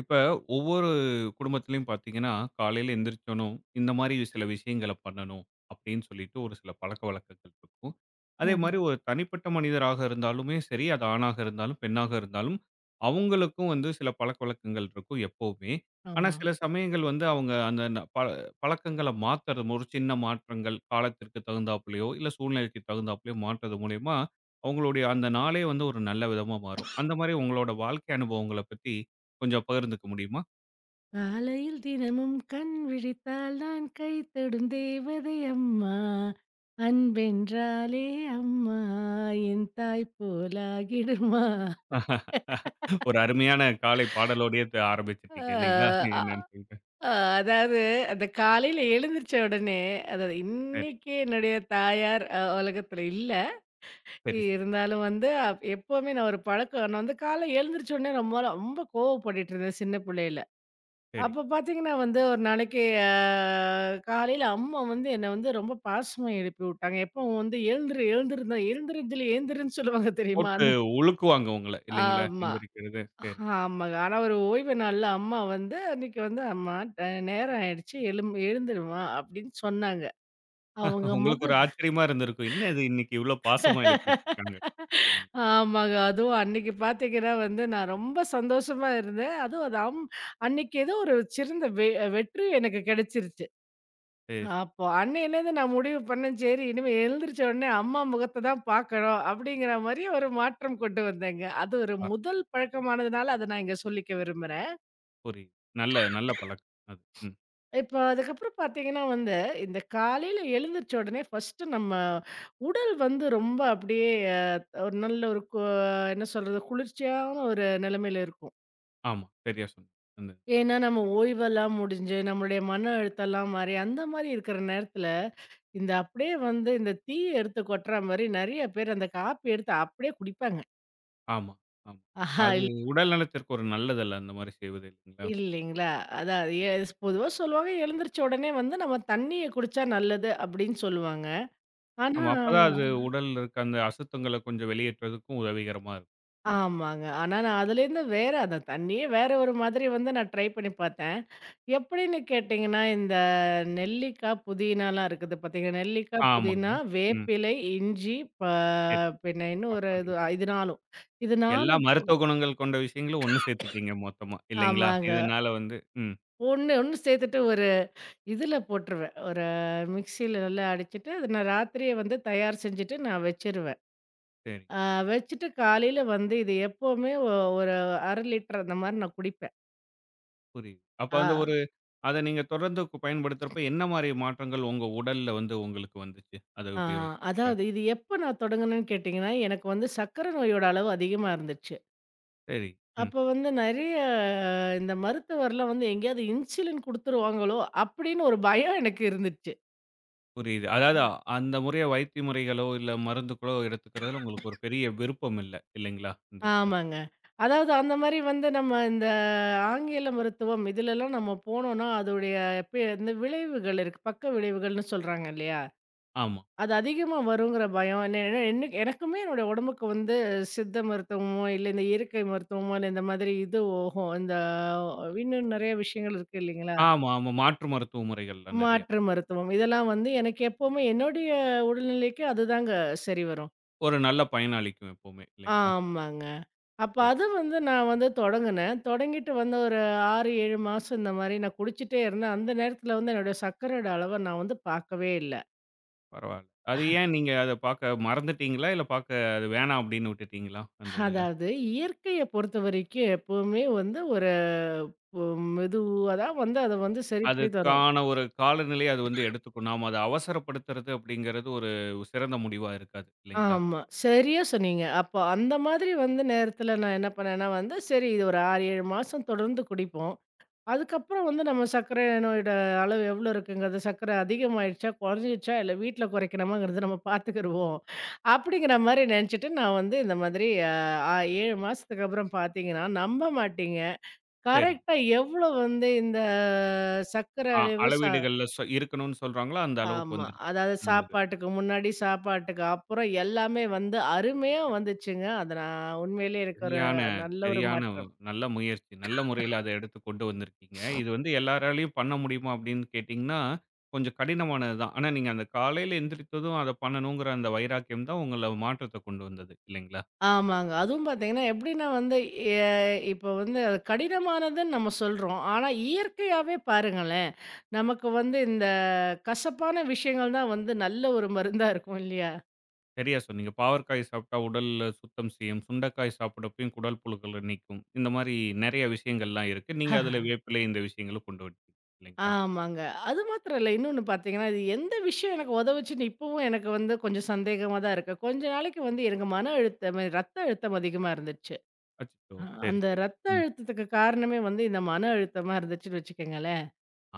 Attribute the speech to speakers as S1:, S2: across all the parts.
S1: இப்ப ஒவ்வொரு குடும்பத்திலயும் பார்த்தீங்கன்னா, காலையில எந்திரிச்சோனும், இந்த மாரி சில விஷயங்கள பண்ணணும் அப்படின்னு சொல்லிட்டு ஒரு சில பழக்கவழக்கங்கள் இருக்கும். அதே
S2: ம்.
S1: மாரி ஒரு தனிப்பட்ட மனிதராக இருந்தாலுமே சரி, அது ஆணாக இருந்தாலும், பெண்ணாக இருந்தாலும், அவங்களுக்கும் வந்து சில பழக்கவழக்கங்கள் இருக்கும் எப்பவுமே. ஆனா
S2: ஆமா.
S1: சில சமயங்கள் வந்து அவங்க அந்த ந ப பழக்கங்கள மாத்துறது ஒரு சின்ன மாற்றங்கள் காலத்திற்கு தகுந்தாப்புலயோ, இல்ல சூழ்நிலைக்கு தகுந்தாப்புலயோ மாற்றுறது மூலியமா, அவங்களுடைய அந்த நாளே வந்து ஒரு நல்ல விதமா மாறும். அந்த மாரி உங்களோட வாழ்க்கை அனுபவங்கள பத்தி கொஞ்சம் பகிர்ந்துக்க முடியுமா?
S2: காலையில் தினமும் கண் விழித்தால் நான் கை தொடும் தேவதை அம்மா. அன்பென்றாலே அம்மா என் தாய் போலாகிடுமா.
S1: ஒரு அருமையான காலை பாடலோடயே
S2: ஆ,
S1: ஆரம்பிச்சுட்டீங்க இல்லைங்களா?
S2: அ
S1: என்னன்னு சொல்லிட்டு.
S2: அ அதாவது அந்த காலையில எழுந்திரிச்ச உடனே, அதாவது
S1: சரி,
S2: இன்னைக்கு என்னுடைய தாயார் உலகத்துல இல்ல.
S1: சரி, சரி,
S2: இருந்தாலும் வந்து எப்பவுமே நான் ஒரு பழக்கம் நான் வந்து காலை எழுந்திரிச்ச உடனே ரொம்ப ரொம்ப கோவப்பட்டுட்டு இருந்தேன் சின்ன பிள்ளையில.
S1: சரி.
S2: அப்ப பார்த்தீங்கன்னா வந்து, ஒரு நாளைக்கு காலையில அம்மா வந்து என்ன வந்து ரொம்ப பாசமா எழுப்பி விட்டாங்க. எப்பவும் வந்து "எழுந்துரு, எழுந்துருந்தா எழுந்திருந்துல எழுந்துருன்னு" சொல்லுவாங்க தெரியுமா?
S1: போட்டு
S2: அந்த
S1: உலுக்குவாங்க உங்கள இல்லைங்களா?
S2: ஆமா.
S1: எந்திரிக்கிறது. சரி.
S2: ஆமாங்க. ஆனா ஒரு ஓய்வு நாள்ல அம்மா வந்து அன்னைக்கு வந்து "அம்மா நேரம் ஆயிடுச்சு எழும் எழுந்துருமா" அப்படின்னு சொன்னாங்க. அவங்க
S1: உங்களுக்கு ஒரு
S2: முகம்
S1: ஆச்சரியமா இருந்திருக்கும். என்ன இது இன்னைக்கு இவ்ளோ பாசமா எழுப்பிட்டு இருக்காங்க. இல்லைங்க. சரி.
S2: ஆமாங்க. அதுவும் அன்னைக்கு பார்த்தீங்கன்னா வந்து, நான் ரொம்ப சந்தோஷமா இருந்தேன். அதுவும் அது அம் அன்னைக்கு ஏதோ ஒரு சிறந்த வெற்றி எனக்கு கிடைச்சிருச்சு.
S1: சரி.
S2: அப்போ அன்னையிலேருந்து நான் முடிவு பண்ணேன், சரி இனிமே எழுந்திரிச்ச உடனே அம்மா முகத்த தான் பார்க்கணும் அப்படிங்கிற மாரி ஒரு மாற்றம் கொண்டு வந்தேங்க. அது ஒரு
S1: ஆ
S2: முதல் பழக்கமானதுனால அத நான் இங்க சொல்லிக்க விரும்புறேன்.
S1: புரியுது. நல்ல நல்ல பழக்கம் அது. ம்.
S2: இப்போ அதுக்கப்புறம் பார்த்தீங்கன்னா வந்து, இந்த காலையில எழுந்திரிச்ச உடனே ஃபர்ஸ்ட்டு நம்ம உடல் வந்து ரொம்ப அப்படியே அ ஒரு நல்ல ஒரு கு என்ன சொல்றது? குளிர்ச்சியான ஒரு நிலைமையில இருக்கும்.
S1: ஆமா. சரியா சொன்னீங்க. அந்த
S2: ஏன்னா நம்ம ஓய்வெல்லாம் முடிஞ்சு, நம்மளுடைய மன அழுத்தம்லாம் மாறி, அந்த மாரி இருக்கிற நேரத்தில இந்த அப்படியே வந்து இந்த தீய எடுத்து கொட்டுற மாரி நெறைய பேர் அந்த காப்பி எடுத்து அப்படியே குடிப்பாங்க.
S1: ஆமா, ஆமா.
S2: ஆஹா
S1: அது உடல் நலத்திற்கு ஒரு நல்லதல்ல அந்த மாரி செய்வது இல்லைங்களா?
S2: இல்லைங்களா? அதான் பொதுவா சொல்லுவாங்க, எழுந்திரிச்ச உடனே வந்து நம்ம தண்ணீய குடிச்சா நல்லது அப்படின்னு சொல்லுவாங்க. ஆனா
S1: ஆமா. அப்பதான் அது உடல்ல இருக்க அந்த அசுத்தங்கள கொஞ்சம் வெளியேற்றுறதுக்கும் உதவிகரமா இருக்கும்.
S2: ஆமாங்க. ஆனா நான் அதுலேருந்து வேற அந்த தண்ணியே வேற ஒரு மாதிரி வந்து நான் ட்ரை பண்ணி பார்த்தேன். எப்படின்னு கேட்டீங்கன்னா, இந்த நெல்லிக்காய், புதினாலாம் இருக்குது பார்த்தீங்கன்னா, நெல்லிக்காய்,
S1: ஆமாங்க.
S2: புதினா,
S1: ம்.
S2: வேப்பிலை, இஞ்சி, ப
S1: சரி.
S2: பின்ன இன்னும் ஒரு இது
S1: பரவாயில்லையே.
S2: இது 4ம். இது
S1: எல்லா
S2: 4ம்
S1: மருத்துவ குணங்கள் கொண்ட விஷயங்களும் ஒண்ணு சேர்த்துட்டீங்க மொத்தமா. இல்லைங்களா?
S2: ஆமாங்க.
S1: இதனால வந்து ம்.
S2: ஒண்ணு, ஒண்ணு சேர்த்துட்டு ஒரு இதுல போட்டுருவேன். ஒரு மிக்ஸியில நல்லா அடிச்சுட்டு, அத நான் ராத்திரியே வந்து தயார் செஞ்சுட்டு நான் வச்சுருவேன்.
S1: சரி.
S2: அ வச்சுட்டு காலையில வந்து இது எப்பவுமே ஒரு 1/2 லிட்டர் அந்த மாரி நான் குடிப்பேன்.
S1: புரியுது. அப்ப
S2: ஆ
S1: வந்து ஒரு அத நீங்க தொடர்ந்து பயன்படுத்துறப்ப என்ன மாரி மாற்றங்கள் உங்க உடல்ல வந்து உங்களுக்கு வந்துச்சு? அத
S2: ஆ
S1: உபயோகிக்கிறப்ப.
S2: அதாவது இது எப்ப நான் தொடங்குனேன்னு கேட்டீங்கன்னா, எனக்கு வந்து சர்க்கரை நோயோட அளவு அதிகமா இருந்துச்சு.
S1: சரி. ம்.
S2: அப்ப வந்து நெறைய இந்த மருத்துவர்லாம் வந்து எங்கேயாவது இன்சுலின் குடுத்துருவாங்களோ! அப்படின்னு ஒரு பயம் எனக்கு இருந்துச்சு.
S1: புரியுது. அதாவது அந்த முறைய வைத்திய முறைகளோ, இல்ல மருந்துகளோ எடுத்துக்கிறதுல உங்களுக்கு ஒரு பெரிய விருப்பம் இல்ல. இல்லைங்களா? இந்த இதுல.
S2: ஆமாங்க. அதாவது அந்த மாரி வந்து நம்ம இந்த ஆங்கில மருத்துவம் இதுலலாம் நம்ம போனோம்னா, அதோடைய இந்த விளைவுகள் இருக்கு. பக்க விளைவுகள்னு சொல்றாங்க இல்லையா?
S1: ஆமா.
S2: அது அதிகமா வருங்கிற பயம். ஏன்னா எனக்குமே என்னோட உடம்புக்கு வந்து சித்த மருத்துவமோ, இல்ல இந்த இயற்கை மருத்துவமோ, இல்ல இந்த மாதிரி இது ஓகும். இந்த இன்னும் நெறைய விஷயங்கள் இருக்கு இல்லைங்களா?
S1: ஆமா, ஆமா. மாற்று மருத்துவ முறைகள்லாம் நெறைய.
S2: மாற்று மருத்துவம் இதெல்லாம் வந்து எனக்கு எப்பவுமே என்னுடைய உடல்நிலைக்கு அதுதாங்க சரி வரும்.
S1: ஒரு நல்ல பயனளிக்கும் எப்பவுமே. இல்லைங்களா?
S2: ஆமாங்க. அப்ப அத வந்து நான் வந்து தொடங்குனேன். தொடங்கிட்டு வந்த ஒரு 6, 7 மாசம் இந்த மாரி நான் குடிச்சிட்டே இருந்தேன். அந்த நேரத்துல வந்து என்னோட சர்க்கரையோட அளவ நான் வந்து பார்க்கவே இல்ல.
S1: பரவால்ல. அது ஏன் நீங்க அத பாக்க மறந்துட்டீங்களா? இல்ல பாக்க அது வேணாம் அப்படின்னு விட்டுட்டீங்களா? அந்த இதுல.
S2: அதாவது இயற்கைய பொறுத்தவரைக்கும் எப்பவுமே வந்து ஒரு பொ மெதுவா தான் வந்து அத வந்து சரி பண்ணி தரும்.
S1: அதுக்கான ஒரு காலநிலை அது வந்து எடுத்துக்கும். நாம அத அவசரப்படுத்துறது அப்படிங்கிறது ஒரு சிறந்த முடிவா இருக்காது இல்லைங்களா?
S2: ஆமா. சரியா சொன்னீங்க. அப்போ அந்த மாதிரி வந்து நேரத்துல நான் என்ன பண்ணேன்னா வந்து, சரி இது ஒரு 6, 7 மாசம் தொடர்ந்து குடிப்போம். அதுக்கப்புறம் வந்து நம்ம சர்க்கரை நோயோட அளவு எவ்வளோ இருக்குங்கிறது, சர்க்கரை அதிகமாயிடுச்சா, குறைஞ்சிடுச்சா, இல்ல வீட்ல குறைக்கணுமாங்கிறத நம்ம பார்த்துக்கிருவோம். அப்படிங்கிற மாரி நெனச்சுட்டு நான் வந்து இந்த மாதிரி அ அ 7 மாசத்துக்கு அப்புறம் பார்த்தீங்கன்னா, நம்ப மாட்டீங்க.
S1: சரி.
S2: கரெக்ட்டா எவ்வளோ வந்து இந்த சர்க்கரை அளவு
S1: அளவீடுகள்ல சொ இருக்கணும்னு சொல்றாங்களோ, அந்த அளவுக்கு
S2: ஆமா.
S1: வந்துருச்சு.
S2: அதாவது
S1: அந்த
S2: சாப்பாட்டுக்கு முன்னாடி, சாப்பாட்டுக்கு அப்புறம் எல்லாமே வந்து அருமையா வந்துச்சுங்க. அது நான் உண்மையிலேயே எனக்கு ஒரு
S1: சரியான
S2: நல்ல ஒரு
S1: சரியான
S2: மாற்றம்.
S1: நல்ல முயற்சி. நல்ல முறையில அத எடுத்து கொண்டு வந்திருக்கீங்க. இது வந்து எல்லாராலயும் பண்ண முடியுமா அப்படின்னு கேட்டீங்கன்னா, கொஞ்சம் கடினமானது தான். ஆனா நீங்க அந்த காலையில எந்திரித்ததும் அத பண்ணணுங்கிற அந்த வைராக்கியம் தான் உங்கள மாற்றத்த கொண்டு வந்தது இல்லைங்களா?
S2: ஆமாங்க. அதுவும் பார்த்தீங்கன்னா, எப்படின்னா வந்து எ இப்போ வந்து அது கடினமானதுன்னு நம்ம சொல்றோம். ஆனா, இயற்கையாவே பாருங்களேன், நமக்கு வந்து இந்த கசப்பான விஷயங்கள் தான் வந்து நல்ல ஒரு மருந்தா இருக்கும் இல்லையா?
S1: சரியா சொன்னீங்க. பாவற்காய் சாப்பிட்டா உடல்ல சுத்தம் செய்யும். சுண்டைக்காய் சாப்பிடப்பயும் குடல் புழுக்கள நீக்கும். இந்த மாரி நெறைய விஷயங்கள்லாம் இருக்கு. நீங்க அதுல
S2: ஆஹ்,
S1: வேப்பிலை இந்த விஷயங்களும் கொண்டு வந்துட்டீங்க இல்லைங்களா?
S2: ஆமாங்க. அது மாத்திரம் இல்ல. இன்னொன்னு பார்த்தீங்கன்னா, இது எந்த விஷயம் எனக்கு உதவுச்சுன்னு இப்பவும் எனக்கு வந்து கொஞ்சம் சந்தேகமா தான் இருக்கு. கொஞ்ச நாளைக்கு வந்து எனக்கு மன அழுத்தம், ரத்த அழுத்தம் அதிகமா இருந்துச்சு.
S1: அச்சச்சோ!
S2: அ
S1: சரி,
S2: அந்த
S1: சரி.
S2: ரத்த
S1: ம்.
S2: அழுத்தத்துக்கு காரணமே வந்து இந்த மன அழுத்தமா இருந்துச்சுன்னு வச்சுக்கங்களேன்.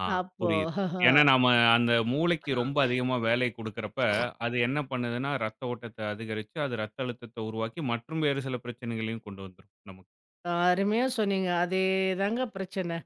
S1: ஆ
S2: அப்போ
S1: புரியுது. ஏன்னா நாம அந்த மூளைக்கு ரொம்ப அதிகமா வேலை குடுக்குறப்ப, அது என்ன பண்ணுதுன்னா, ரத்த ஓட்டத்த அதிகரிச்சு, அது ரத்த அழுத்தத்த உருவாக்கி மற்றும் வேறு சில பிரச்சனைகளையும் கொண்டு வந்துரும் நமக்கு.
S2: அருமையா சொன்னீங்க. அதேதாங்க பிரச்சனை.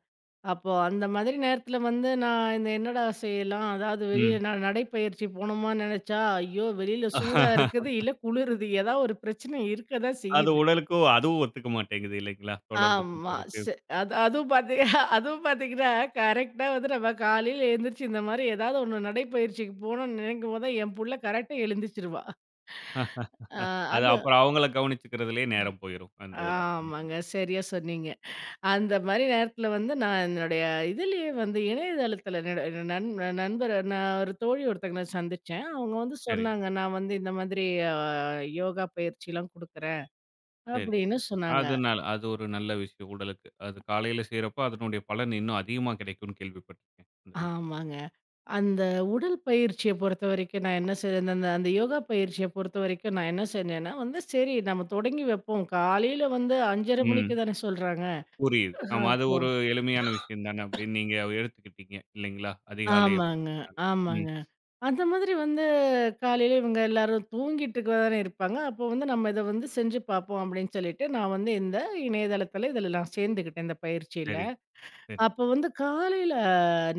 S2: அப்போ அந்த மாதிரி நேரத்தில வந்து நான் இந்த என்னடா செய்யலாம்? அதாவது வெளியில
S1: ம்.
S2: நான் நடைப்பயிற்சி போணுமான்னு நெனச்சா, ஐயோ! வெளியில சூடா இருக்குது, இல்ல குளிருது. ஏதாவது ஒரு பிரச்சனை இருக்க தான்
S1: அது
S2: செய்யுது.
S1: உடலுக்கும் அதுவும் ஒத்துக்க மாட்டேங்குது இல்லைங்களா? தொடர்ந்து
S2: ஆமா.
S1: பண்றதுக்கு.
S2: செ அது அதுவும் பாத்தீ அதுவும் பாத்தீங்கன்னா, கரெக்ட்டா வந்து நம்ம காலையில எழுந்திரிச்சு இந்த மாரி ஏதாவது ஒண்ணு நடைப்பயிற்சிக்கு போணும்னு நெனைக்கும்போது தான் என் புள்ள கரெக்ட்டா எழுந்திரிச்சுருவா. அ
S1: அது
S2: அது
S1: அப்புறம் அவங்கள கவனிச்சுக்கிறதுலயே நேரம் போயிரும். அந்த இதுல. இல்லைங்களா?
S2: ஆமாங்க. சரியா சொன்னீங்க. அந்த மாரி நேரத்தில வந்து, நான் என்னுடைய இதிலேயே வந்து இணையதளத்தில என்னோட நண் நண்பர் நான் ஒரு தோழி ஒருத்தங்கள சந்திச்சேன். அவங்க வந்து
S1: சரி,
S2: சொன்னாங்க, "நான் வந்து இந்த மாதிரி அ யோகா பயிற்சிலாம் குடுக்குறேன்."
S1: சரி.
S2: அப்படின்னு சொன்னாங்க.
S1: அதனால அது ஒரு நல்ல விஷயம் உடலுக்கு. அது காலையில செய்றப்ப அதனுடைய பலன் இன்னும் அதிகமா கிடைக்கும்னு கேள்விப்பட்டுருக்கேன். அந்த விஷயம்.
S2: ஆமாங்க. அந்த உடல் பயிற்சிய பொறுத்தவரைக்கும் நான் என்ன செய் அந்த அந்த யோகா பயிற்சிய பொறுத்தவரைக்கும் நான் என்ன செஞ்சேன்னா வந்து, சரி நம்ம தொடங்கி வைப்போம். காலையில வந்து 5:30 மணிக்கு
S1: ம்.
S2: தானே சொல்றாங்க.
S1: புரியுது. ஆமா. அது
S2: அப்போ
S1: ஒரு எளிமையான விஷயம் தானே அப்படின்னு நீங்க எடுத்துக்கிட்டீங்க இல்லைங்களா? அதிகாலை
S2: ஆமாங்க,
S1: அப்படிங்கிறனால. ம்.
S2: ஆமாங்க. அந்த மாதிரி வந்து காலையில இவங்க எல்லாரும் தூங்கிட்டு இருக்க தானே இருப்பாங்க. அப்போ வந்து நம்ம இத வந்து செஞ்சு பார்ப்போம் அப்படின்னு சொல்லிட்டு, நான் வந்து இந்த இணையதளத்தில இதில நான் சேர்ந்துக்கிட்டேன் இந்த பயிற்சியில.
S1: சரி, சரி.
S2: அப்போ வந்து காலையில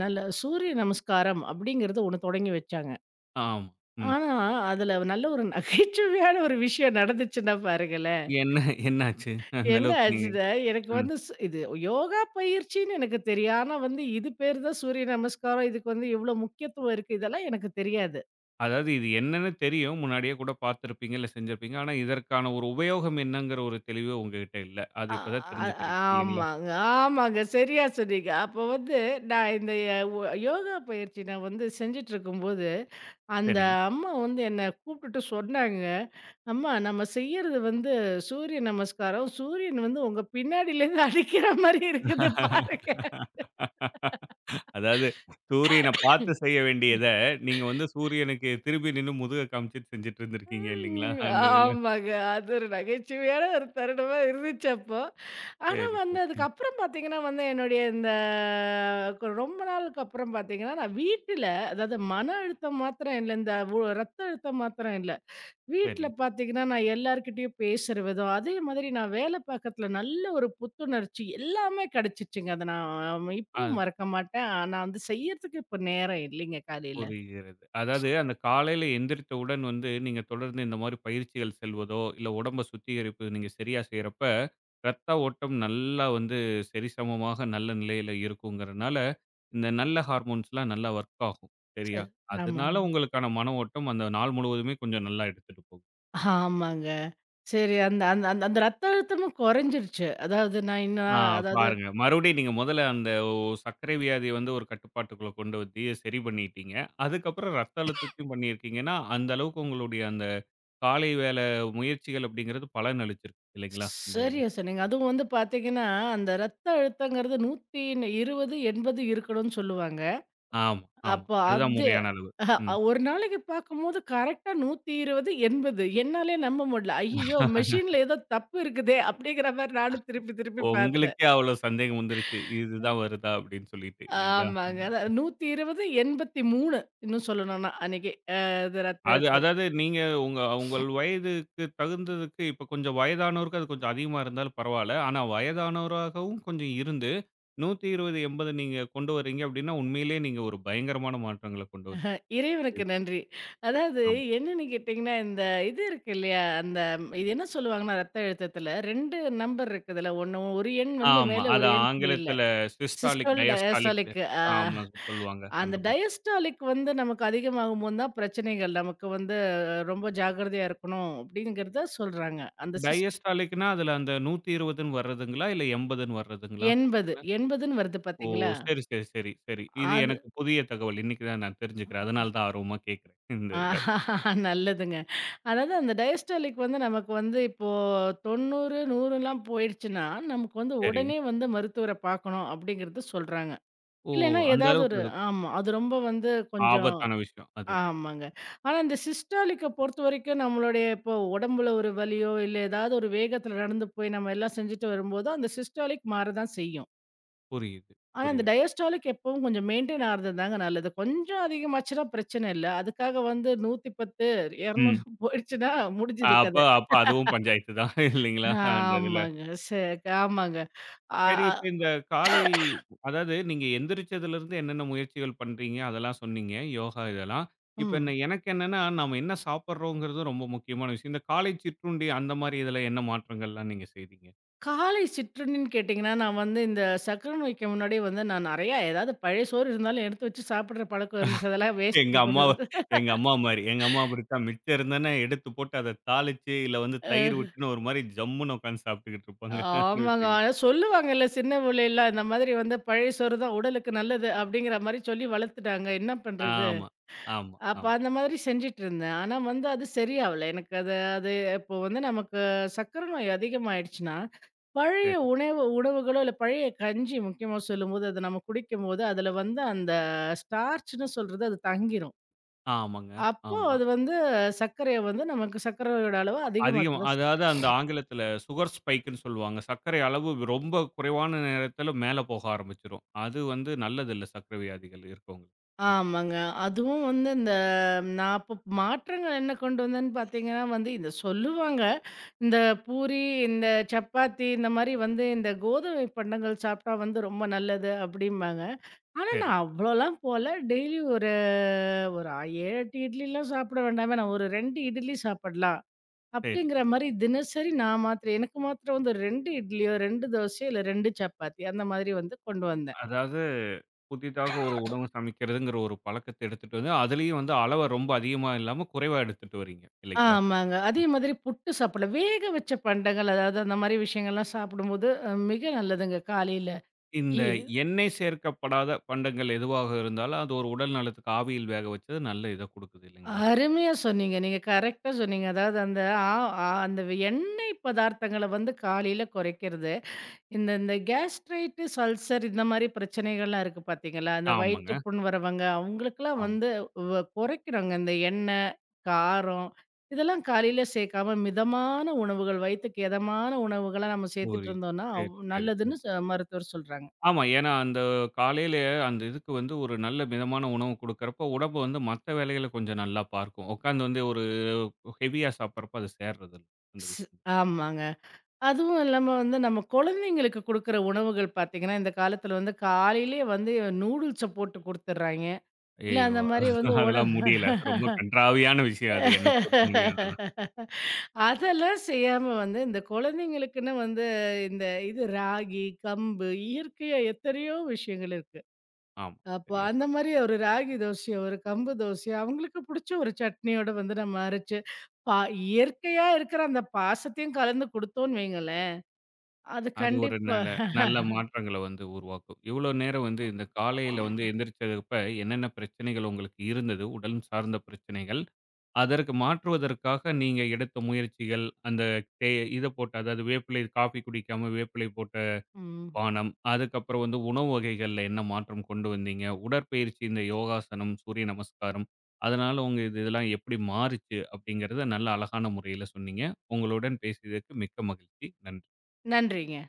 S2: நல்ல சூரிய நமஸ்காரம் அப்படிங்கிறது ஒண்ணு தொடங்கி வச்சாங்க.
S1: ஆமா. ம்.
S2: ஆனா, அதில நல்ல ஒரு நகைச்சுவையான ஒரு விஷயம் நடந்துச்சுன்னா பாருங்களேன்.
S1: என்ன என்னாச்சு? அந்த
S2: என்ன
S1: அளவுக்கு நீங்க
S2: ஆச்சுன்னா, எனக்கு
S1: ம்.
S2: வந்து இது யோகா பயிற்சின்னு எனக்கு தெரியும். ஆனா வந்து இது பேர் தான் சூரிய நமஸ்காரம். இதுக்கு வந்து இவ்ளோ முக்கியத்துவம் இருக்கு. இதெல்லாம் எனக்கு தெரியாது.
S1: அதாவது இது என்னன்னு தெரியும். முன்னாடியே கூட பார்த்திருப்பீங்க, இல்ல செஞ்சிருப்பீங்க. ஆனா இதற்கான ஒரு உபயோகம் என்னங்கிற ஒரு தெளிவு உங்ககிட்ட இல்ல.
S2: ஆ
S1: அது இப்ப தான்
S2: அ
S1: தெரிஞ்சுக்கிறீங்க இல்லைங்களா?
S2: ஆமாங்க, ஆமாங்க. சரியா சொன்னீங்க. அப்போ வந்து நான் இந்த அ ஒ யோகா பயிற்சி நான் வந்து செஞ்சுட்ருக்கும்போது, அந்த
S1: சரி.
S2: அம்மா வந்து என்ன கூப்பிட்டுட்டு சொன்னாங்க, "அம்மா நம்ம செய்யறது வந்து சூரிய நமஸ்காரம். சூரியன் வந்து உங்க பின்னாடியிலேருந்து அடிக்கிற மாரி இருக்குது பாருங்க."
S1: அதாவது சூரியன பார்த்து செய்ய வேண்டியத, நீங்க வந்து சூரியனுக்கு திரும்பி நின்னு முதுக காமிச்சுட்டு செஞ்சுட்டு இருந்திருக்கீங்க இல்லைங்களா?
S2: ம்.
S1: அந்த இதுல.
S2: ஆமாங்க. அது ஒரு நகைச்சுவையான ஒரு தருணமா இருந்துச்சு அப்போ. ஆனா
S1: சரி,
S2: வந்து
S1: சரி.
S2: அதுக்கப்புறம் பார்த்தீங்கன்னா வந்து என்னுடைய இந்த கு ரொம்ப நாளுக்கு அப்புறம் பார்த்தீங்கன்னா, நான் வீட்டுல அதாவது மன அழுத்தம் மாத்திரம் இல்ல, இந்த ரத்த அழுத்தம் மாத்திரம் இல்ல.
S1: சரி.
S2: வீட்ல பார்த்தீங்கன்னா, நான் எல்லார்கிட்டயும் பேசுற விதம், அதே மாதிரி நான் வேல பார்க்கறதுல நல்ல ஒரு புத்துணர்ச்சி எல்லாமே கிடைச்சிச்சுங்க. அத நான்
S1: ஆ
S2: இப்பவும் மறக்க மாட்டேன். நான் வந்து செய்யறதுக்கு இப்ப நேரம் இல்லைங்க காலையில.
S1: புரிகிறது. அதாவது அந்த காலையில எந்திரித்தவுடன் வந்து நீங்க தொடர்ந்து இந்த மாரி பயிற்சிகள் செல்வதோ, இல்ல உடம்ப சுத்திகரிப்பு நீங்க சரியா செய்றப்ப, ரத்த ஓட்டம் நல்லா வந்து சரிசமமாக நல்ல நிலையில இருக்குங்கிறனால, இந்த நல்ல ஹார்மோன்ஸ்லாம் நல்லா ஒர்க் ஆகும். சரியா?
S2: சரி.
S1: அதனால
S2: ஆமாங்க.
S1: உங்களுக்கான மன ஓட்டம் அந்த நாள் முழுவதுமே கொஞ்சம் நல்லா எடுத்துட்டு போகும். ம்.
S2: ஆமாங்க. சரி. அந்த அந்த அந்த அந்த ரத்த அழுத்தமும் கொறைஞ்சிருச்சு. அதாவது நான் இன்னும்
S1: ஆ
S2: அதாவது
S1: பாருங்க. மறுபடியும் நீங்க முதல்ல அந்த சர்க்கரை வியாதிய வந்து ஒரு கட்டுப்பாட்டுக்குள்ள கொண்டு வந்து சரி பண்ணிட்டீங்க. அதுக்கப்புறம் ரத்த அழுத்தத்தையும் பண்ணியிருக்கீங்கன்னா, அந்த அளவுக்கு உங்களுடைய அந்த காலை வேல முயற்சிகள் அப்படிங்கிறது பலன் அளிச்சிருக்கு இல்லைங்களா? இந்த இதுல.
S2: சரியா சொன்னீங்க. அதுவும் வந்து பார்த்தீங்கன்னா, அந்த ரத்த அழுத்தங்கிறது 120, 80 இருக்கணும்னு சொல்லுவாங்க.
S1: ஆமா, ஆமா.
S2: அப்ப
S1: அதுதான்
S2: அது
S1: முறையான அளவு.
S2: அஹ்,
S1: ம்.
S2: ஒரு நாளைக்கு பார்க்கும்போது கரெக்ட்டா 120, 80 என்னாலயே நம்ப முடியல. ஐய்யயோ! மெஷின்ல ஏதோ தப்பு இருக்குதே! அப்டிங்கிற மாரி நானும் திருப்பி திருப்பி பார்த்தேன்.
S1: உங்களுக்கே அவ்வளோ சந்தேகம் வந்துருச்சு. இதுதான் வருதா அப்படின்னு சொல்லிட்டு இல்லைங்களா?
S2: ஆமாங்க.
S1: ம்.
S2: அதான் 120, 83 இன்னும் சொல்லணும்னா அன்னைக்கு. அ இது
S1: அது
S2: ரத்த
S1: அதாவது நீங்க உங்கள் வயதுக்கு தகுந்ததுக்கு இப்ப கொஞ்சம் வயதானோருக்கு அது கொஞ்சம் அதிகமா இருந்தாலும் பரவால்ல. ஆனா வயதானவராகவும் கொஞ்சம் இருந்து 120, 80 நீங்க கொண்டு வரீங்க அப்படின்னா, உண்மையிலேயே நீங்க ஒரு பயங்கரமான மாற்றங்கள கொண்டு வந்துருக்கீங்க.
S2: இறைவனுக்கு நன்றி. அதாவது
S1: ஆமா,
S2: என்னன்னு கேட்டீங்கன்னா, இந்த இது இருக்கு இல்லையா? அந்த இது என்ன சொல்லுவாங்கன்னா, ரத்த அழுத்தத்தில 2 நம்பர் இருக்குதுல்ல. 1 ஒரு எண் வந்து
S1: ஆமா.
S2: மேல,
S1: அது
S2: ஒரு எண் கீழ.
S1: ஆங்கிலத்துல சிஸ்டாலிக்,
S2: சிஸ்டோல்,
S1: டயஸ்டாலிக்
S2: டயஸ்டாலிக்
S1: ஆமா சொல்லுவாங்க. அந்த
S2: அந்த
S1: மாரி.
S2: டயஸ்டாலிக் வந்து நமக்கு அதிகமாகும்போது தான் பிரச்சனைகள். நமக்கு வந்து ரொம்ப ஜாக்கிரதையா இருக்கணும் அப்படிங்கிறத சொல்றாங்க. அந்த சிஸ்
S1: டையஸ்டாலிக்னா அதுல அந்த 120ன்னு வர்றதுங்களா? இல்ல 80ன்னு வர்றதுங்களா?
S2: 80
S1: அதுல.
S2: 80ன்னு வருது
S1: ஓ!
S2: பார்த்தீங்களா?
S1: சரி, சரி, சரி, சரி. இது
S2: அது.
S1: எனக்கு புதிய தகவல். இன்னைக்கு தான் நான் தெரிஞ்சுக்கிறேன். அதனால தான் ஆர்வமா கேட்கிறேன். இந்த
S2: ஆ
S1: இதுல.
S2: நல்லதுங்க. அதாவது அந்த டயஸ்டாலிக் வந்து நமக்கு வந்து இப்போ 90, 100லாம் போயிடுச்சுன்னா, நமக்கு வந்து
S1: சரி.
S2: உடனே வந்து மருத்துவர பார்க்கணும் அப்படிங்கிறது சொல்றாங்க.
S1: ஓ!
S2: இல்லைன்னா
S1: அந்த
S2: ஏதாவது
S1: அளவுக்கு
S2: ஒரு
S1: அது
S2: ஆமா. அது ரொம்ப வந்து கொஞ்சம்
S1: ஆபத்தான விஷயம். அது.
S2: ஆமாங்க. ஆனா இந்த சிஸ்டாலிக்க பொறுத்தவரைக்கும் நம்மளுடைய இப்போ உடம்புல ஒரு வலியோ, இல்ல ஏதாவது ஒரு வேகத்தில நடந்து போய் நம்ம எல்லாம் செஞ்சுட்டு வரும்போது, அந்த சிஸ்டாலிக் மாறதான் செய்யும்.
S1: புரியுது,
S2: ஆனா இந்த
S1: புரியுது.
S2: டயஸ்டாலிக் எப்பவும் கொஞ்சம் மெயின்டெயின் ஆறது தாங்க நல்லது. கொஞ்சம் அதிகமாச்சுன்னா பிரச்சனை இல்ல. அதுக்காக வந்து 110, 200
S1: ம்.
S2: போயிடுச்சுன்னா முடிஞ்சுது
S1: அப்ப
S2: கத.
S1: அப்ப அதுவும் பஞ்சாயத்து தான் இல்லைங்களா? அந்த இதுல.
S2: ஆமாங்க. ஆமாங்க. அ
S1: சரி,
S2: அ
S1: இப்ப இந்த காலை அதாவது நீங்க எந்திரிச்சதுலருந்து என்னென்ன முயற்சிகள் பண்றீங்க? அதெல்லாம் சொன்னீங்க. யோகா இதெல்லாம். இப்ப என்ன
S2: ம்.
S1: எனக்கு என்னன்னா, நாம என்ன சாப்பிடுறோங்கிறது ரொம்ப முக்கியமான விஷயம். இந்த காலை சிற்றுண்டி அந்த மாரி இதுல என்ன மாற்றங்கள்லாம் நீங்க செய்றீங்க?
S2: காலை சிற்றுண்டின்னு கேட்டிங்கன்னா, நான் வந்து இந்த சக்கர நோய்க்கு முன்னாடி வந்து நான் நெறையா ஏதாவது பழைய சோறு இருந்தாலும் எடுத்து வச்சு சாப்பிடுற பழக்கம் இருந்துச்சு. அதெல்லாம் வேஸ்ட்
S1: எங்க அம்மாவ
S2: பண்ணக்கூடாது.
S1: எங்க அம்மா மாரி. எங்க அம்மா அப்படித்தான் மிச்சம் இருந்ததுன்னா எடுத்து போட்டு அத தாளிச்சு, இல்ல வந்து தயிர்
S2: அ
S1: விட்டுன்னு ஒரு மாரி ஜம்முன்னு உட்காந்து சாப்பிட்டுக்கிட்டு இருப்பாங்க. அந்த
S2: ஆமாங்க.
S1: விஷயங்கள்.
S2: ஆனா சொல்லுவாங்கல்ல சின்ன புள்ளைலாம், இந்த மாதிரி வந்து பழைய சோறு தான் உடலுக்கு நல்லது அப்படிங்கிற மாரி சொல்லி வளர்த்துட்டாங்க. என்ன பண்றது?
S1: ஆமா, ஆமா,
S2: அப்ப
S1: ஆமா.
S2: அந்த மாதிரி செஞ்சுட்டு இருந்தேன். ஆனா வந்து அது சரியாவல. எனக்கு அது அது இப்போ வந்து நமக்கு சர்க்கரை நோய் அதிகமாயிடுச்சுன்னா, பழைய
S1: சரி.
S2: உணவு உணவுகளோ, இல்ல பழைய கஞ்சி முக்கியமா சொல்லும்போது, அத நம்ம குடிக்கும்போது, அதுல வந்து அந்த ஸ்டார்ச்ன்னு சொல்றது அது தங்கிரும்.
S1: ஆமாங்க.
S2: அப்போ
S1: ஆமா.
S2: அது வந்து சர்க்கரைய வந்து நமக்கு சர்க்கரையோட அளவு அதிகமாக்க
S1: அதிகம்.
S2: தான் செய்யும்.
S1: அதாவது அந்த ஆங்கிலத்தில சுகர் ஸ்பைக்ன்னு சொல்லுவாங்க. சர்க்கரை அளவு ரொம்ப குறைவான நேரத்தில மேல போக ஆரம்பிச்சுரும். அது வந்து நல்லதில்ல சர்க்கரை வியாதிகள் இருக்கவங்களுக்கு. ம்.
S2: ஆமாங்க. அதுவும் வந்து இந்த நான் அப்ப மாற்றங்கள் என்ன கொண்டு வந்தேன்னு பார்த்தீங்கன்னா, வந்து இத சொல்லுவாங்க. இந்த பூரி, இந்த சப்பாத்தி இந்த மாரி வந்து இந்த கோதுமை பண்டங்கள் சாப்பிட்டா வந்து ரொம்ப நல்லது அப்படிம்பாங்க. ஆனா
S1: சரி,
S2: நான் அவ்வளோலாம் போல. டெய்லி ஒரு ஒரு 7, 8 இட்லிலாம் சாப்பிட வேண்டாமே. நான் ஒரு 2 இட்லி சாப்பிடலாம்.
S1: சரி.
S2: அப்படிங்கிற மாரி தினசரி நான் மாத்திரம் எனக்கு மாத்திரம் வந்து 2 இட்லியோ, 2 தோசையோ, இல்ல 2 சப்பாத்தி அந்த மாதிரி வந்து கொண்டு வந்தேன்.
S1: அதாவது புதிதாக ஒரு உணவு சமைக்கிறதுங்கிற ஒரு பழக்கத்த எடுத்துட்டு வந்து, அதிலயும் வந்து அளவ ரொம்ப அதிகமா இல்லாம குறைவா எடுத்துட்டு வரீங்க. இல்லைங்களா?
S2: ஆமாங்க. அதே மாதிரி புட்டு சாப்பிடலாம். வேக வச்ச பண்டங்கள், அதாவது அந்த மாரி விஷயங்கள்லாம் சாப்பிடும்போது, மிக நல்லதுங்க காலையில.
S1: இந்த
S2: இ
S1: எண்ணெய் சேர்க்கப்படாத பண்டங்கள் எதுவாக இருந்தாலும், அது ஒரு உடல் நலத்துக்கு ஆவியில் வேக வச்சது நல்ல இத குடுக்குது இல்லைங்களா?
S2: அருமையா சொன்னீங்க. நீங்க கரெக்ட்டா சொன்னீங்க. அதாவது அந்த ஆ ஆ அந்த எண்ணெய் பதார்த்தங்கள வந்து காலையில குறைக்கிறது. இந்த இந்த கேஸ்ட்ரைட்டிஸ், அல்சர் இந்த மாரி பிரச்சனைகள்லாம் இருக்கு பார்த்தீங்களா? அந்த வயிற்று
S1: ஆமாங்க.
S2: புண் வரவங்க, அவங்களுக்கெல்லாம்
S1: ஆமா.
S2: வந்து குறைக்கிறாங்க. இந்த எண்ணெய், காரம் இதெல்லாம் காலையில சேர்க்காம மிதமான உணவுகள், வயித்துக்கு எதமான உணவுகளா நம்ம சேர்த்துட்டு
S1: புரியுது.
S2: இருந்தோம்னா,
S1: சரி,
S2: அவ்
S1: சரி, சரி.
S2: நல்லதுன்னு மருத்துவர் சொல்றாங்க.
S1: ஆமா. ஏன்னா, அந்த காலையில அந்த இதுக்கு வந்து ஒரு நல்ல மிதமான உணவு குடுக்குறப்போ, உடம்பு வந்து மத்த வேலைகள கொஞ்சம் நல்லா பார்க்கும். உட்காந்து வந்து ஒரு ஹெவியா சாப்பிடுறப்போ அது சேர்றதில்ல. அந்த
S2: ஸ்
S1: விஷயம்.
S2: ஆமாங்க. அதுவும் இல்லாம வந்து நம்ம குழந்தைங்களுக்கு குடுக்குற உணவுகள் பார்த்தீங்கன்னா, இந்த காலத்துல வந்து காலையிலேயே வந்து நூடுல்ஸ போட்டு குடுத்துடுறாய்ங்க. இல்ல
S1: ஐயயோ!
S2: அந்த மாரி வந்து
S1: அதெல்லாம் முடியல. ரொம்ப கண்றாவியான விஷயம் அது. என்ன பொறுத்த முடியும் அதெல்லாம்.
S2: அதெல்லாம் செய்யாம வந்து, இந்த குழந்தைங்களுக்குன்னு வந்து இந்த இது ராகி, கம்பு இயற்கையா எத்தனையோ விஷயங்கள் இருக்கு.
S1: ஆமா.
S2: அப்போ
S1: சரியா
S2: அந்த
S1: சொன்னீங்க.
S2: மாரி ஒரு ராகி தோசையோ, ஒரு கம்பு தோசையோ அவங்களுக்கு புடிச்ச ஒரு சட்னியோட வந்து நம்ம அரைச்சு, பா இயற்கையா இருக்கிற அந்த பாசத்தையும் கலந்து குடுத்தோம்ன்னு வையுங்களேன், அது
S1: அது ஒரு
S2: கண்டிப்பா
S1: நல்ல நல்ல மாற்றங்கள வந்து உருவாக்கும். இவ்வளோ நேரம் வந்து இந்த காலையில வந்து எந்திரிச்சப்ப என்னென்ன பிரச்சனைகள் உங்களுக்கு இருந்தது? உடல் சார்ந்த பிரச்சனைகள். அதற்கு மாற்றுவதற்காக நீங்க எடுத்த முயற்சிகள், அந்த தே இத போட்டு அதாவது வேப்பிலை காஃபி குடிக்காம வேப்பிலை போட்ட
S2: ம்.
S1: பானம், அதுக்கப்புறம் வந்து உணவு வகைகள்ல என்ன மாற்றம் கொண்டு வந்தீங்க? உடற்பயிற்சி இந்த யோகாசனம், சூரிய நமஸ்காரம், அதனால உங்க இது இதெல்லாம் எப்படி மாறுச்சு? அப்படிங்கிறத நல்ல அழகான முறையில சொன்னீங்க. உங்களுடன் பேசியதற்கு மிக்க மகிழ்ச்சி. நன்றி.
S2: நன்றிங்க.